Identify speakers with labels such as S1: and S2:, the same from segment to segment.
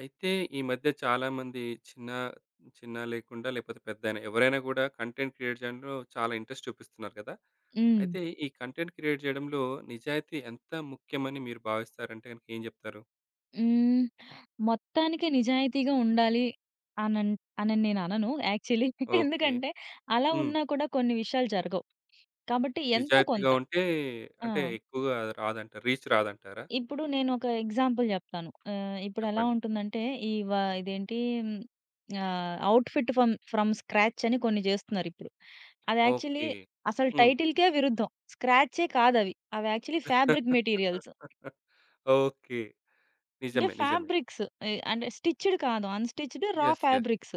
S1: అయితే ఈ మధ్య చాలామంది చిన్న చిన్న లేకుండా లేకపోతే పెద్దయినా ఎవరైనా కూడా కంటెంట్ క్రియేట్ చేయడంలో చాలా ఇంట్రెస్ట్ చూపిస్తున్నారు కదా!
S2: హ్మ్.
S1: అయితే ఈ కంటెంట్ క్రియేట్ చేయడంలో నిజాయితీ ఎంత ముఖ్యమని మీరు భావిస్తారంటే గనుక ఏం చెప్తారు?
S2: హ్మ్. మొత్తానికి నిజాయితీగా ఉండాలి అనన్ అనని నేననను యాక్చువల్లీ.
S1: ఓకే.
S2: ఎందుకంటే, అలా
S1: హ్మ్.
S2: ఉన్నా కూడా కొన్ని విషయాలు జరగవు. కాబట్టి ఎంతో
S1: నిజాయితీగా
S2: కొంత.
S1: ఉంటే
S2: ఆ!
S1: అంటే ఎక్కువగా రాదంటారు. రీచ్ రాదంటారా?
S2: ఇప్పుడు నేనొక ఎగ్జాంపుల్ జెప్తాను. ఇప్పుడెలా
S1: చెప్పండి.
S2: ఉంటుందంటే, ఈ వ ఇదేంటి హ్మ్, అవుట్‌ఫిట్ ఫ్రమ్ స్క్రాచ్ అని కొన్ని జేస్తున్నారిప్పుడు. అది యాక్చువల్లీ
S1: ఓకే.
S2: అసలు
S1: హ్మ్.
S2: టైటిల్‌కే విరుద్ధం. స్క్రాచే కాదవి. అవి యాక్చువల్లీ ఫ్యాబ్రిక్ మెటీరియల్స్.
S1: ఓకే.
S2: అంటే
S1: నిజమే. నిజమే.
S2: ఫ్యాబ్రిక్స్. అంటే స్టిచ్డ్ కాదు, అన్‌స్టిచ్డ్ రా
S1: యెస్. యెస్.
S2: ఫ్యాబ్రిక్స్.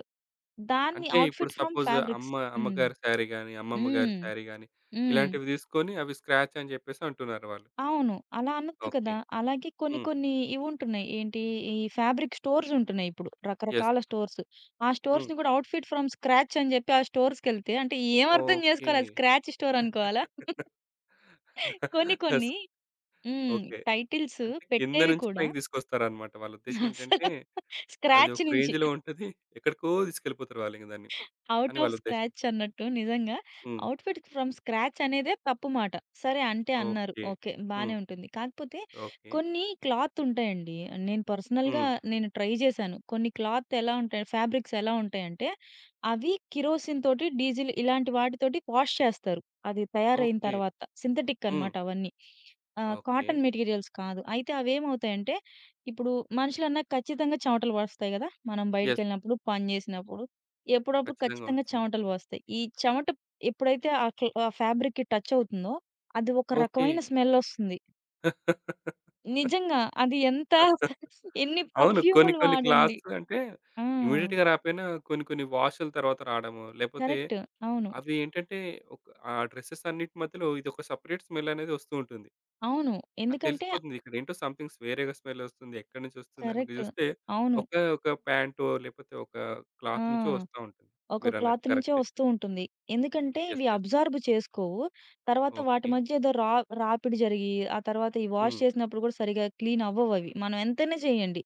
S2: దాన్ని
S1: అంటే ఇప్పుడు
S2: అవుట్‌ఫిట్ ఫ్రమ్
S1: సపోజ్
S2: ఫ్యాబ్రిక్స్.
S1: అమ్మ
S2: హ్మ్.
S1: అమ్మగారి శారీ గాని, అమ్మమ్మ గారి
S2: హ్మ్.
S1: శారీ గాని
S2: హ్మ్.
S1: ఇలాంటివి తీసుకొని అవి స్క్రాచ్ అని చెప్పేసి అంటున్నారు వాళ్ళు.
S2: అవును, అలా అనొద్దు కదా!
S1: ఓకే.
S2: అలాగే కొన్ని
S1: హ్మ్.
S2: కొన్ని ఇవుంటున్నాయి. ఏంటి ఈ ఫ్యాబ్రిక్ స్టోర్స్ ఉంటున్నాయి ఇప్పుడు,
S1: యెస్.
S2: రకరకాల స్టోర్స్. ఆ
S1: హ్మ్.
S2: స్టోర్స్‌ని కూడా అవుట్‌ఫిట్ ఫ్రమ్ స్క్రాచ్ అని చెప్పి ఆ స్టోర్స్‌కెళ్తే అంటే ఏం అర్థం
S1: ఓకే.
S2: చేసుకోవాలి, అది స్క్రాచ్ స్టోర్ అనుకోవాలా? కొన్ని
S1: యెస్.
S2: కొన్ని హ్మ్.
S1: ఓకే.
S2: టైటిల్స్
S1: అంటే కింద
S2: పెట్టేవి
S1: నుంచి
S2: కూడా
S1: పైకి తీసుకొస్తారన్నమాట. వాళ్ళ ఉద్దేశ్యం ఏంటంటే
S2: అసలు
S1: అది
S2: స్క్రాచ్
S1: ఒక
S2: నుంచి
S1: రేంజ్‌లో ఉంటది. ఎక్కడికో తీసుకెళ్ళిపోతారు వాళ్ళింక దాన్ని
S2: అవుట్
S1: అని
S2: ఆఫ్
S1: వాళ్ళ ఉద్దేశ్యం.
S2: స్క్రాచ్ అన్నట్టు నిజంగా.
S1: హ్మ్.
S2: అవుట్‌ఫిట్ ఫ్రమ్ స్క్రాచ్ అనేదే తప్పు మాట. సరే అంటే అన్నారు,
S1: ఓకే.
S2: ఓకే, బానే
S1: హ్మ్.
S2: ఉంటుంది. కాకపోతే
S1: ఓకే.
S2: కొన్ని క్లాత్ ఉంటాయండి. నేను పర్సనల్‌గా
S1: హ్మ్.
S2: నేను ట్రై చేశాను. కొన్ని క్లాత్ ఎలా ఉంటాయి, ఫ్యాబ్రిక్స్ ఎలా ఉంటాయంటే అవి కిరోసిన్ తోటి, డీజిల్ ఇలాంటి వాటితోటి వాష్ చేస్తారు. అది తయారయిన
S1: ఓకే.
S2: తర్వాత సింథటిక్
S1: హ్మ్.
S2: అనమాట అవన్నీ.
S1: ఓకే.
S2: కాటన్ మెటీరియల్స్ కాదు. అయితే అవేమవుతాయంటే ఇప్పుడు మనుషులన్నాక ఖచ్చితంగా చెమటలు పడస్తాయి కదా! మనం
S1: యెస్.
S2: బయటికెళ్ళినప్పుడు, పని చేసినప్పుడు ఎప్పుడప్పుడు
S1: ఖచ్చితంగా
S2: ఖచ్చితంగా
S1: వస్తుంది.
S2: చెమటలు వస్తాయి. ఈ చెమట ఎప్పుడైతే ఆ క్ల్ ఆ ఫ్యాబ్రిక్‌కి టచ్ అవుతుందో, అది ఒక
S1: ఓకే.
S2: రకమైన స్మెల్ ఒస్తుంది. నిజంగా అది ఎంత ఎన్ని
S1: అవును. కొన్ని
S2: పర్ఫ్యూములు
S1: కొన్ని
S2: వాడండి.
S1: క్లాసులు అంటే
S2: ఆ,
S1: ఇమ్మీడియేట్‌గా రాకపోయినా కొన్ని కొన్ని వాష్‌ల తర్వాత రాడము. లేపోతే
S2: కరెక్ట్. అవును,
S1: అవి ఏంటంటే ఒక ఆ డ్రెసెస్ అన్నిటి మధ్యలో ఇదొక సెపరేట్ స్మెల్ అనేది వస్తూ ఉంటుంది.
S2: అవును.
S1: అది
S2: ఎందుకంటే
S1: తెలిసిపోతుంది. ఇక్కడ ఏంటో సంథింగ్స్ వేరేగా స్మెల్ వస్తుంది. ఎక్కడి నుంచి వస్తుంది అని
S2: కరెక్ట్.
S1: చూస్తే
S2: అవును.
S1: ఒకే ఒక ప్యాంటో లేపోతే ఒక
S2: ఆ!
S1: క్లాత్ నుంచో వస్తా ఉంటుంది.
S2: ఒక
S1: మీరన్నట్టు
S2: క్లాత్ నుంచే
S1: కరెక్టే.
S2: వస్తూ ఉంటుంది. ఎందుకంటే ఇవి
S1: యెస్. యెస్.
S2: అబ్జార్బ్ చేసుకోవు. తర్వాత వాటి
S1: ఓకే.
S2: మధ్య ఏదో రాపిడి జరిగి, ఆ తర్వాత ఈ వాష్
S1: హ్మ్.
S2: చేసినప్పుడు కూడా సరిగ్గా క్లీన్ అవ్వవవి, మనం ఎంతైనా చేయండి.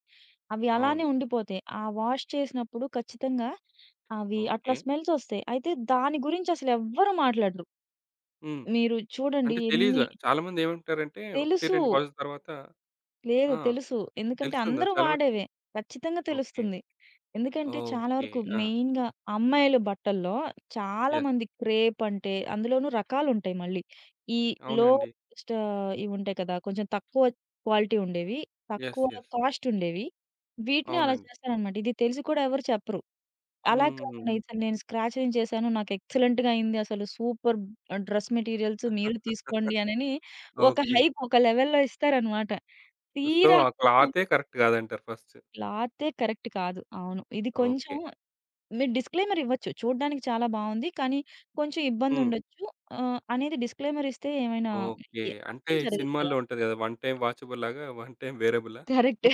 S2: అవి
S1: అవును.
S2: అలానే ఉండిపోతాయి. ఆ వాష్ చేసినప్పుడు ఖచ్చితంగా అవి అట్లా
S1: ఓకే.
S2: స్మెల్స్ ఒస్తాయి. అయితే దాని గురించి అసలెవ్వరు మాట్లాడరు.
S1: హ్మ్.
S2: మీరు చూడండి
S1: అంటే తెలీదు.
S2: ఎన్ని
S1: చాలా మందేమంటారంటే 1,
S2: తెలుసు.
S1: 2 వాష్‌ల తర్వాత
S2: లేదు,
S1: ఆ!
S2: తెలుసు. ఎందుకంటే
S1: తెలుస్తుందా
S2: అందరూ
S1: చాలా మటికి?
S2: వాడేవే. ఖచ్చితంగా
S1: ఓకే.
S2: తెలుస్తుంది. ఎందుకంటే చాలా
S1: ఓకే.
S2: వరకు
S1: ఆ!
S2: మెయిన్‌గా అమ్మాయిల బట్టల్లో
S1: యెస్.
S2: చాలామంది క్రేప్ అంటే అందులోనూ రకాలుంటాయి మళ్ళీ. ఈ లో
S1: అవునండి.
S2: స్ట్ ఇవుంటాయి కదా! కొంచెం తక్కువ క్వాలిటీ ఉండేవి,
S1: యెస్.
S2: తక్కువ
S1: యెస్.
S2: కాస్ట్ ఉండేవి. వీటిని అలా
S1: అవునండి.
S2: చేస్తారనమాట. ఇది తెలిసి కూడా ఎవరు చెప్పరు. అలా
S1: హ్మ్.
S2: కాకుండా ఇతను, నేను స్క్రాచె‌ని చేశాను, నాకు ఎక్సలెంట్‌గా అయింది, అసలు సూపర్ డ్రెస్ మెటీరియల్స్ మీరు తీసుకోండి అనని ఒక
S1: ఓకే.
S2: హైప్ ఒక లెవెల్‌లో ఇస్తారనమాట.
S1: సో,
S2: తీరా
S1: ఆ క్లాతే కరెక్ట్ కాదంటారు ఫస్ట్.
S2: క్లాతే కరెక్ట్ కాదు. అవును. ఇది కొంచెం
S1: ఓకే.
S2: మీరు డిస్క్లైమర్ ఇవ్వచ్చు. చూడ్డానికి చాలా బావుంది, కానీ కొంచెం
S1: హ్మ్.
S2: ఇబ్బందుండొచ్చు అనేది డిస్క్లైమర్ ఇస్తే ఏమైనా
S1: ఓకే. అంటే
S2: నష్టం జరగదు కదా!
S1: సినిమాల్లో ఉంటది కదా! వన్ టైమ్ వాచబుల్‌లాగా వన్ టైమ్ వేరబులా?
S2: కరెక్ట్.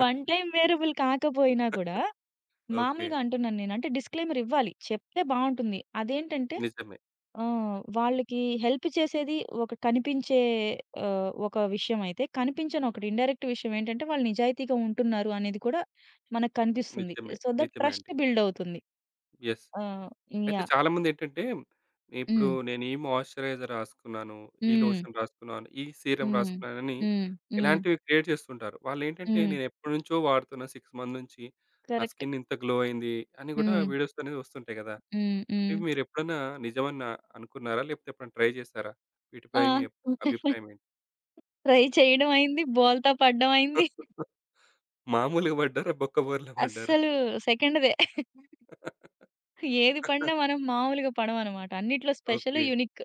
S2: వన్ టైమ్ వేరబుల్ కాకపోయినా కూడా
S1: ఓకే.
S2: మామూలుగా అంటున్నాను నేను. అంటే డిస్క్లైమర్ ఇవ్వాలి, చెప్తే బావుంటుంది. అదేంటంటే
S1: నిజమే.
S2: ఆ! వాళ్ళకి హెల్ప్ చేసేది ఒక కనిపించే ఒక విషయమైతే, కనిపించని ఒకటి ఇండైరెక్ట్ విషయం ఏంటంటే, వాళ్ళు నిజాయితీగా ఉంటున్నారు అనేది కూడా మనకు కనిపిస్తుంది.
S1: నిజమే.
S2: సో, దట్
S1: నిజమే
S2: ట్రస్ట్
S1: అండి.
S2: బిల్డ్ అవుతుంది.
S1: యెస్.
S2: ఆ!
S1: అయితే
S2: యాహ్!
S1: చాలామందేంటంటే, ఇప్పుడు
S2: హ్మ్.
S1: నేను ఈ మాయిశ్చరైజర్ రాసుకున్నాను, ఈ
S2: హ్మ్.
S1: లోషన్ రాసుకున్నాను, ఈ సీరమ్
S2: హ్మ్.
S1: రాసుకున్నానని
S2: హ్మ్. హ్మ్.
S1: ఇలాంటివి క్రియేట్ చేస్తుంటారు. వాళ్ళేంటంటే,
S2: హ్మ్.
S1: నేనెప్పటినుంచో వాడుతున్నా 6 మంత్ నుంచి. నా
S2: కరెక్ట్.
S1: స్కిన్ ఇంత గ్లో అయింది అని కూడా
S2: హ్మ్.
S1: వీడియోస్ అనేది వస్తుంటాయి కదా!
S2: హ్మ్. హ్మ్.
S1: ఇవి మీరెప్పుడన్నా నిజమని నా అనుకున్నారా? లేకపోతే ఎప్పుడైనా ట్రై చేశారా? వీటిపై మీ
S2: ఆ!
S1: అభిప్రాయం ఏంటి?
S2: ట్రై చేయడం అయింది, బోల్తా పడడం అయింది.
S1: మామూలుగా పడ్డారా? బొక్క బోర్లా పడ్డారా?
S2: అస్సలు సెకండ్‌దే. ఏది పడినా మనం మామూలుగా పడమనమాట, అన్నిట్లో స్పెషల్,
S1: ఓకే.
S2: యూనిక్.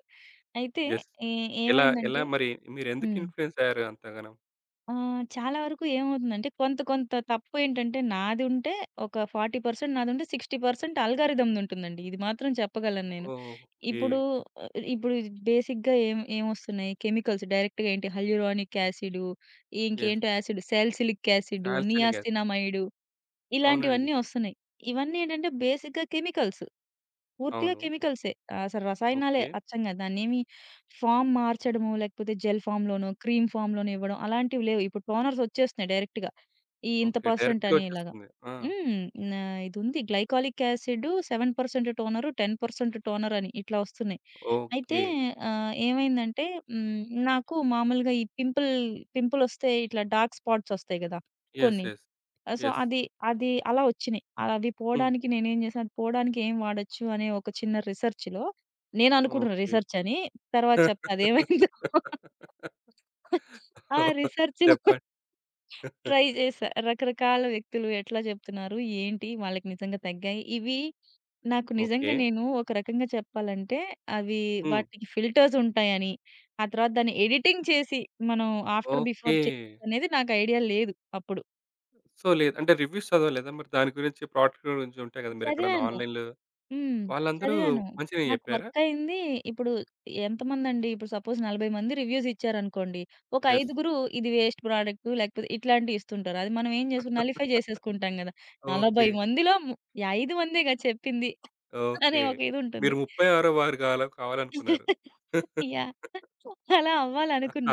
S2: అయితే
S1: యెస్.
S2: ఏ
S1: ఎలా ఎలా
S2: ఏమైందంటే
S1: మరి మీరెందుకు
S2: హ్మ్.
S1: ఇన్‌ఫ్లూయెన్స్ అయ్యారు అంతగనం?
S2: చాలా వరకు ఏమవుతుందంటే కొంత కొంత తప్పు ఏంటంటే నాది ఉంటే ఒక 40% నాదుంటే 60% అల్గారిథమ్‌ది ఉంటుందండి. ఇది మాత్రం చెప్పగలను నేను.
S1: ఓకే.
S2: ఇప్పుడు ఇప్పుడు బేసిక్‌గా ఏమొస్తున్నాయి కెమికల్స్ డైరెక్ట్‌గా ఏంటి, హల్యూరానిక్ యాసిడు,
S1: యెస్.
S2: ఇంకేంటో యాసిడ్, సాలిసిలిక్ యాసిడు,
S1: కాల్షియలిక్ యాసిడ్.
S2: నియాసినమైడు
S1: అవునండి.
S2: ఇలాంటివన్నీ ఒస్తున్నాయి. ఇవన్నీ ఏంటంటే బేసిక్‌గా కెమికల్స్, పూర్తిగా
S1: అవును.
S2: కెమికల్సే. ఆ, అసలు రసాయనాలే
S1: ఓకే.
S2: అచ్చంగా. దాన్నేమి ఫార్మ్ మార్చడమో, లేకపోతే జెల్ ఫామ్‌లోనో, క్రీమ్ ఫామ్‌లోనో ఇవ్వడం అలాంటివి లేవు. ఇప్పుడు టోనర్స్ ఒచ్చేస్తున్నాయి డైరెక్ట్‌గా, ఈ ఇంత
S1: ఓకే.
S2: పర్సెంట్
S1: డైరెక్ట్‌గా
S2: అని ఇలాగా.
S1: వచ్చేస్తుంది. ఆ!
S2: హ్మ్. నా ఇదుంది గ్లైకాలిక్ యాసిడ్ 7% టోనరు, 10% టోనర్ అని ఇట్లా ఒస్తున్నాయి. అయితే
S1: ఓకే.
S2: ఏమైందంటే హ్మ్, నాకు మామూలుగా ఈ పింపులొస్తే ఇట్లా డార్క్ స్పాట్స్ ఒస్తాయి గదా,
S1: యెస్.
S2: కొన్ని.
S1: యెస్.
S2: So,
S1: yes.
S2: అది అది అలా వచ్చినియి. అవి
S1: హ్మ్.
S2: పోడానికి నేనేం చేశాను, అది పోడానికి ఏం వాడొచ్చు అనే ఒక చిన్న రిసర్చ్‌లో, నేననుకుంటున్నా
S1: ఓకే.
S2: రిసర్చ్ అని. తర్వాత చెప్తా అదేమైందో. ఆ రిసర్చ్‌లో
S1: చెప్పండి.
S2: ట్రై చేశా. రకరకాల వ్యక్తులు ఎట్లా చెప్తున్నారు, ఏంటి వాళ్ళకి నిజంగా తగ్గాయి, ఇవి నాకు
S1: ఓకే.
S2: నిజంగా. నేను ఒక రకంగా చెప్పాలంటే అవి
S1: హ్మ్.
S2: వాటికి ఫిల్టర్స్ ఉంటాయని, ఆ తర్వాత దాన్ని ఎడిటింగ్ చేసి మనం ఆఫ్టర్ బిఫోర్
S1: ఓకే.
S2: చేయొచ్చనేది నాకు ఐడియా లేదు అప్పుడు.
S1: సో, లేదు అంటే రివ్యూస్ చదవలేదా? మరి దాని గురించి ప్రోడక్ట్ గురించి ఉంటాయి కదా! మీరెక్కడన్నా
S2: చదివాను.
S1: ఆన్‌లైన్‌లో
S2: హ్మ్.
S1: వాళ్ళందరూ
S2: చదివాను.
S1: మంచినే
S2: నాకు
S1: చెప్పారా?
S2: వర్కయింది. ఇప్పుడు ఎంతమందండి, ఇప్పుడు సపోజ్ 40 మంది రివ్యూస్ ఇచ్చారనుకోండి. ఒక
S1: యెస్.
S2: ఐదుగురు ఇది వేస్ట్ ప్రొడక్టు లేకపోతే ఇట్లాంటియి ఇస్తుంటారు. అది మనం ఏం చేసుకు నలిఫై చేసేసుకుంటాం గదా! 40
S1: ఓకే.
S2: మందిలో 5 మందేగా చెప్పింది అనే
S1: ఓకే.
S2: ఒక ఇదుంటుంది.
S1: మీరు 36వ వారు కావాలనుకున్నారు.
S2: యాహ్! అలా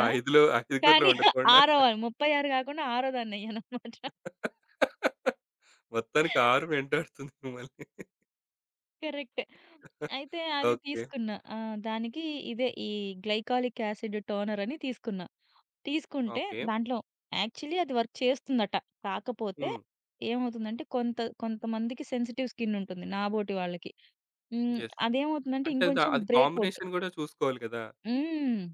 S1: ఆ 5లో, ఐదుగురిలో
S2: కానీ
S1: ఉండకుండా
S2: ఆరో, 36 కాకుండా ఆరో దాన్నయ్యాననమాట.
S1: మొత్తానికి 6 వెంటాడుతుంది మిమ్మల్ని.
S2: కరెక్ట్. అయితే అది
S1: ఓకే.
S2: తీసుకున్నా. ఆ! దానికి ఇదే ఈ గ్లైకాలిక్ యాసిడ్ టోనర్ అని తీసుకున్నా. తీసుకుంటే
S1: ఓకే.
S2: దాంట్లో యాక్చువల్లీ అది వర్క్ చేస్తుందట. కాకపోతే
S1: హ్మ్.
S2: ఏమవుతుందంటే కొంత, కొంతమందికి సెన్సిటివ్ స్కిన్ ఉంటుంది నాబోటి వాళ్ళకి. హ్మ్.
S1: యెస్.
S2: అదేమవుతుందంటే
S1: అంటే
S2: ఇంకొంచెం
S1: అది
S2: బ్రేకౌట్.
S1: కాంబినేషన్ గూడా చూసుకోవాలి గదా!
S2: హ్మ్.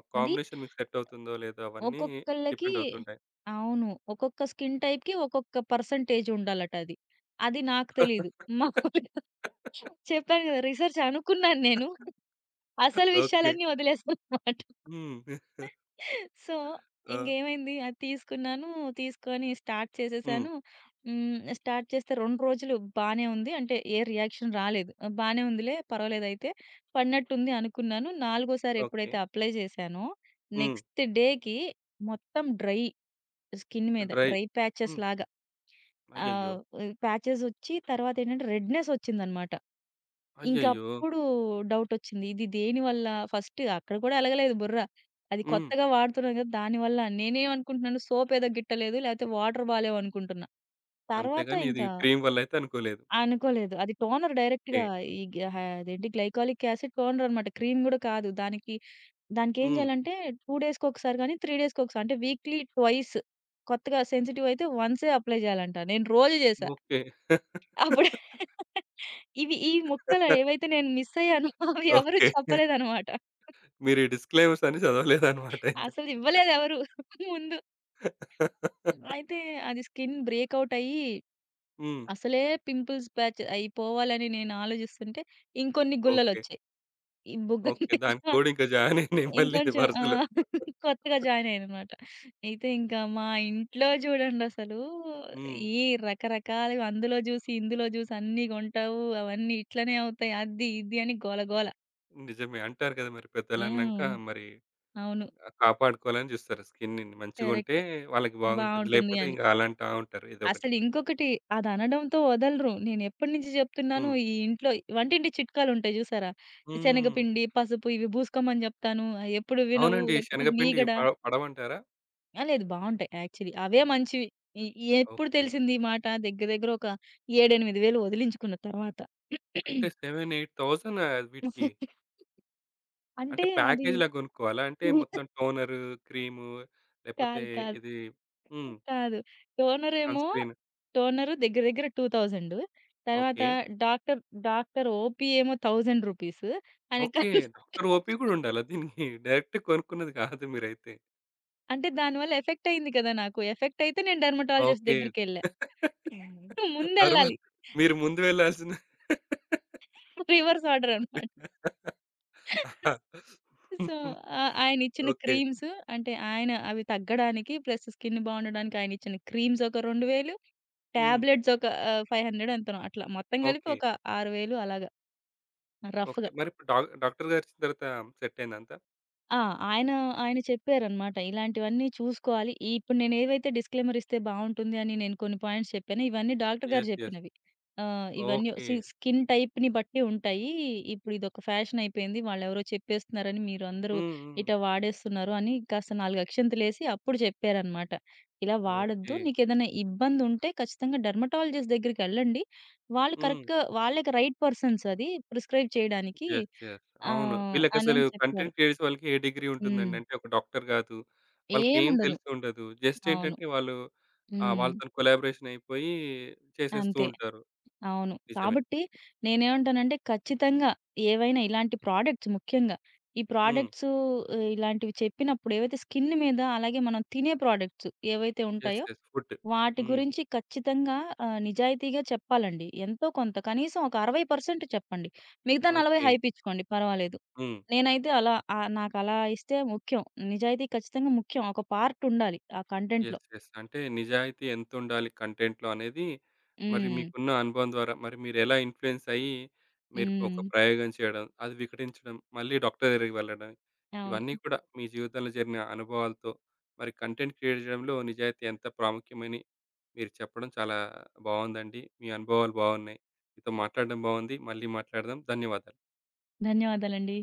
S1: ఆ
S2: అది
S1: కాంబినేషన్ మీకు సెట్ అవుతుందో లేదో అవన్నీ
S2: ఒక్కొక్కళ్ళకి,
S1: డిపెండ్ అవుతుంటాయి.
S2: అవును, ఒక్కొక్క స్కిన్ టైప్‌కి ఒక్కొక్క పర్సెంటేజ్ ఉండాలట అది. అది నాకు తెలీదు. మా చెప్పాను కదా, రిసర్చ్ అనుకున్నాను నేను. అసలు
S1: ఓకే.
S2: విషయాలన్నీ వదిలేసాననమాట.
S1: హ్మ్.
S2: సో,
S1: ఆ!
S2: ఇంకేమైంది, అది తీసుకున్నాను. తీసుకొని స్టార్ట్
S1: హ్మ్.
S2: చేసేసాను. హ్మ్. స్టార్ట్ చేస్తే 2 రోజులు బానే ఉంది. అంటే ఏ రియాక్షన్ రాలేదు. ఆ, బానే ఉందిలే పర్వాలేదైతే, పడినట్టుంది అనుకున్నాను. నాలుగోసారి
S1: ఓకే.
S2: ఎప్పుడైతే అప్లై చేశానో
S1: హ్మ్.
S2: నెక్స్ట్ డేకి మొత్తం డ్రై, స్కిన్ మీద
S1: డ్రై.
S2: డ్రై ప్యాచెస్
S1: హ్మ్.
S2: లాగా
S1: అయ్యయ్యో!
S2: ఆహ్, ప్యాచెస్ ఒచ్చి తర్వాతేంటంటే రెడ్‌నెస్ ఒచ్చిందనమాట.
S1: అయ్యయ్యో!
S2: ఇంకప్పుడు డౌటొచ్చింది, ఇది దేనివల్ల. ఫస్ట్ అక్కడ కూడా ఎలగలేదు బుర్ర. అది
S1: హ్మ్.
S2: కొత్తగా వాడుతున్నాం కదా, దానివల్ల నేనేమనుకుంటున్నాను సోపేదో గిట్టలేదు, లేకపోతే వాటర్ బాలేవనుకుంటున్నా. తర్వాత
S1: అంతేగాని ఇది
S2: ఇంకా
S1: క్రీమ్ వల్ల అయితే అనుకోలేదు.
S2: అనుకోలేదు. అది టోనర్
S1: ఓకే.
S2: డైరెక్ట్‌గా ఈ గ హ అదేంటి గ్లైకాలిక్ యాసిడ్ టోనర్ అనమాట, క్రీమ్ గూడా కాదు. దానికి దానికేం
S1: హ్మ్.
S2: చేయాలంటే 2 డేస్‌కొకసారి గాని, 3 డేస్‌కొకసారి, అంటే వీక్లీ ట్వైస్, కొత్తగా సెన్సిటివ్ అయితే వన్సే అప్లై చేయాలంట. నేను రోజు చేశా.
S1: ఓకే.
S2: అప్పుడు ఇవి ఈ ముక్కలు ఏవైతే నేను మిస్ అయ్యానో అవి ఎవరు
S1: ఓకే.
S2: చెప్పలేదనమాట.
S1: మీరు ఈ డిస్క్లైమర్స్ అన్ని చదవలేదన్నమాట అయితే.
S2: అసలు ఇవ్వలేదెవరు ముందు. అయితే అది స్కిన్ బ్రేకౌట్ అయ్యి,
S1: హ్మ్.
S2: అసలే పింపుల్స్ ప్యాచ్ అయిపోవాలని నేను ఆలోచిస్తుంటే, ఇంకొన్ని
S1: ఓకే.
S2: గుల్లలొచ్చాయి ఈ బుగ్గల
S1: ఓకే. దానికి
S2: మీద.
S1: తోడు ఇంకా జాయిన్ అయినాయి మళ్ళీ
S2: ఇంకొంచెం ఆ!
S1: వరుసలో.
S2: కొత్తగా జాయిన్ అయ్యాననమాట. అయితే ఇంకా మా ఇంట్లో చూడండసలు,
S1: హ్మ్.
S2: ఈ రకరకాలుగా అందులో జూసి, ఇందులో జూసి అన్నీ కొంటావు, అవన్నీ ఇట్లనే అవుతాయి, అది ఇది అని గోల గోల.
S1: నిజమే. అంటారు కదా! మరి పెద్దలన్నాక
S2: హ్మ్.
S1: మరి
S2: అవును.
S1: కాపాడుకోవాలని చూస్తారు స్కిన్‌ని. మంచిగుంటే
S2: కరెక్ట్.
S1: వాళ్ళకి బాగుంటుంది.
S2: బావుంటుంది
S1: లేకపోతే
S2: అని.
S1: ఇంక అలా అంటా ఉంటారు ఇదొకటి.
S2: అసలింకొకటి అదనడంతో వదలరు. నేనెప్పటి నుంచి చెప్తున్నాను
S1: హ్మ్.
S2: ఈ ఇంట్లో వంటింటి చిట్కాలుంటాయి చూసారా?
S1: హ్మ్.
S2: శనగపిండి, పసుపు ఇవి బూసుకోమని జెప్తాను, అయ్యెప్పుడు వినవు
S1: అవునండి.
S2: లేకపోతే
S1: శనగపిండి
S2: మీగడ.
S1: పడవంటారా?
S2: ఆ! లేదు, బావుంటాయి యాక్చువల్లీ, అవే మంచివి. ఎ ఎప్పుడు
S1: ఓకే.
S2: తెలిసింది ఈ మాట? దగ్గర దగ్గర ఒక 7, 8 వేలు వదిలించుకున్న తర్వాత.
S1: అంటే 7, 8,000 ఆహ్, వీటికి
S2: అంటే
S1: అంటే
S2: అది
S1: ప్యాకేజ్‌లా కొనుక్కోవాలా? అంటే మొత్తం టోనరు, క్రీము లేకపోతే
S2: కాదు, కాదు,
S1: ఇది హ్మ్.
S2: కాదు.
S1: Sun
S2: టోనరేమో,
S1: screen.
S2: టోనరు దగ్గర దగ్గర 2000. తర్వాత
S1: ఓకే.
S2: డాక్టర్ డాక్టర్ ఓపీ ఏమో 1000 రూపీస్. ఆయన
S1: ఓకే.
S2: కన్స్
S1: డాక్టర్ ఓపీ గూడా ఉండాలా దీనికి? డైరెక్ట్ కొనుక్కున్నది కాదు మీరైతే.
S2: అంటే దానివల్ల ఎఫెక్ట్ అయింది కదా నాకు. ఎఫెక్ట్ అయితే నేను డెర్మటాలజిస్ట్
S1: ఓకే.
S2: దగ్గరికెళ్ళా. హ్మ్.
S1: తర్వాత
S2: ముందెళ్ళాలి.
S1: మీరు ముందు వెళ్ళాల్సిన
S2: రివర్స్ ఆర్డర్ అనమాట. సో, ఆయనిచ్చిన
S1: ఓకే.
S2: క్రీమ్స్, అంటే ఆయన అవి తగ్గడానికి ప్లస్ స్కిన్ బావుండడానికి ఆయనిచ్చిన క్రీమ్స్ ఒక 2000,
S1: హ్మ్.
S2: టాబ్లెట్స్ ఒక 500, ఎంతనో అట్లా మొత్తం కలిపి
S1: ఓకే.
S2: ఒక 6000 అలాగా
S1: ఓకే.
S2: రఫ్‌గా.
S1: మరిప్పుడు డాక్టర్ గారిచ్చిన తర్వాత సెట్ అయిందా అంతా?
S2: ఆ! ఆయన, ఆయన చెప్పారనమాట ఇలాంటివన్నీ చూసుకోవాలి. ఇప్పుడు నేనేవైతే డిస్క్లైమర్ ఇస్తే బావుంటుంది అని నేను కొన్ని పాయింట్స్ చెప్పానో, ఇవన్నీ డాక్టర్ గారు
S1: యెస్. యెస్.
S2: చెప్పినవి. ఇవన్నీ
S1: ఓకే.
S2: స్కిన్ టైప్‌ని బట్టి ఉంటాయి. ఇప్పుడు ఇదొక ఫ్యాషన్ అయిపోయింది, వాళ్ళెవరో చెప్పేస్తున్నారని మీరందరూ
S1: హ్మ్. హ్మ్.
S2: ఇట్లా వాడేస్తున్నారు అని కాస్త 4 అక్షింతలేసి అప్పుడు చెప్పారనమాట. ఇలా వాడొద్దు,
S1: ఓకే.
S2: నీకేదైనా ఇబ్బందుంటే ఖచ్చితంగా డెర్మటాలజిస్ట్ దగ్గరికెళ్ళండి, వాళ్ళు
S1: హ్మ్.
S2: కరెక్ట్‌గా, వాళ్ళకి రైట్ పర్సన్స్ అది ప్రిస్క్రైబ్ చేయడానికి.
S1: యెస్. యెస్. అవును. వీళ్ళకసలు
S2: అనని చెప్పారు.
S1: కంటెంట్ క్రియేటర్స్ వాళ్ళకి ఏ డిగ్రీ
S2: హ్మ్.
S1: ఉంటుందండి? అంటే ఒక డాక్టర్ కాదు. వాళ్ళకేం
S2: ఏముండదు.
S1: తెలిసి ఉండదు. జస్ట్
S2: అవును.
S1: ఏంటంటే వాళ్ళు ఆహ్,
S2: హ్మ్.
S1: వాళ్ళతోని కొలాబరేషన్ అయిపోయి చేసేస్తూ
S2: అంతే.
S1: ఉంటారు.
S2: అవును.
S1: నిజమే.
S2: కాబట్టి నేనేమంటానంటే ఖచ్చితంగా ఏవైనా ఇలాంటి ప్రొడక్ట్స్, ముఖ్యంగా ఈ
S1: హ్మ్.
S2: ప్రొడక్ట్స్, ఇలాంటివి చెప్పినప్పుడు, ఏవైతే స్కిన్ మీద, అలాగే మనం తినే ప్రొడక్ట్స్ ఏవైతే
S1: యెస్.
S2: ఉంటాయో
S1: యెస్. ఫుడ్.
S2: వాటి
S1: హ్మ్.
S2: గురించి ఖచ్చితంగా నిజాయితీగా చెప్పాలండి. ఎంతో కొంత కనీసం ఒక 60% చెప్పండి, మిగతా 40
S1: ఓకే.
S2: హైప్ ఇచ్చుకోండి, పర్వాలేదు.
S1: హ్మ్.
S2: నేనైతే అలా నాకలా ఇస్తే ముఖ్యం. నిజాయితీ ఖచ్చితంగా ముఖ్యం, ఒక పార్ట్ ఉండాలి ఆ కంటెంట్‌లో.
S1: యెస్. యెస్. అంటే నిజాయితీ ఎంతుండాలి కంటెంట్‌లో అనేది మరి
S2: హ్మ్.
S1: మీకున్న అనుభవం ద్వారా మరి మీరెలా ఇన్‌ఫ్లూయెన్స్ అయ్యి మీరు ఒక
S2: హ్మ్.
S1: ప్రయోగం చేయడం, అది వికటించడం, మళ్ళీ డాక్టర్ దగ్గరికి వెళ్ళడం,
S2: అవును.
S1: ఇవన్నీ కూడా మీ జీవితంలో జరిగిన అనుభవాలతో మరి కంటెంట్ క్రియేట్ చేయడంలో నిజాయితీ ఎంత ప్రాముఖ్యమని మీరు చెప్పడం చాలా బావుందండి. మీ అనుభవాలు బావున్నాయి. మీతో మాట్లాడడం బావుంది. మళ్ళీ మాట్లాడదాం. ధన్యవాదాలు.
S2: ధన్యవాదాలండి.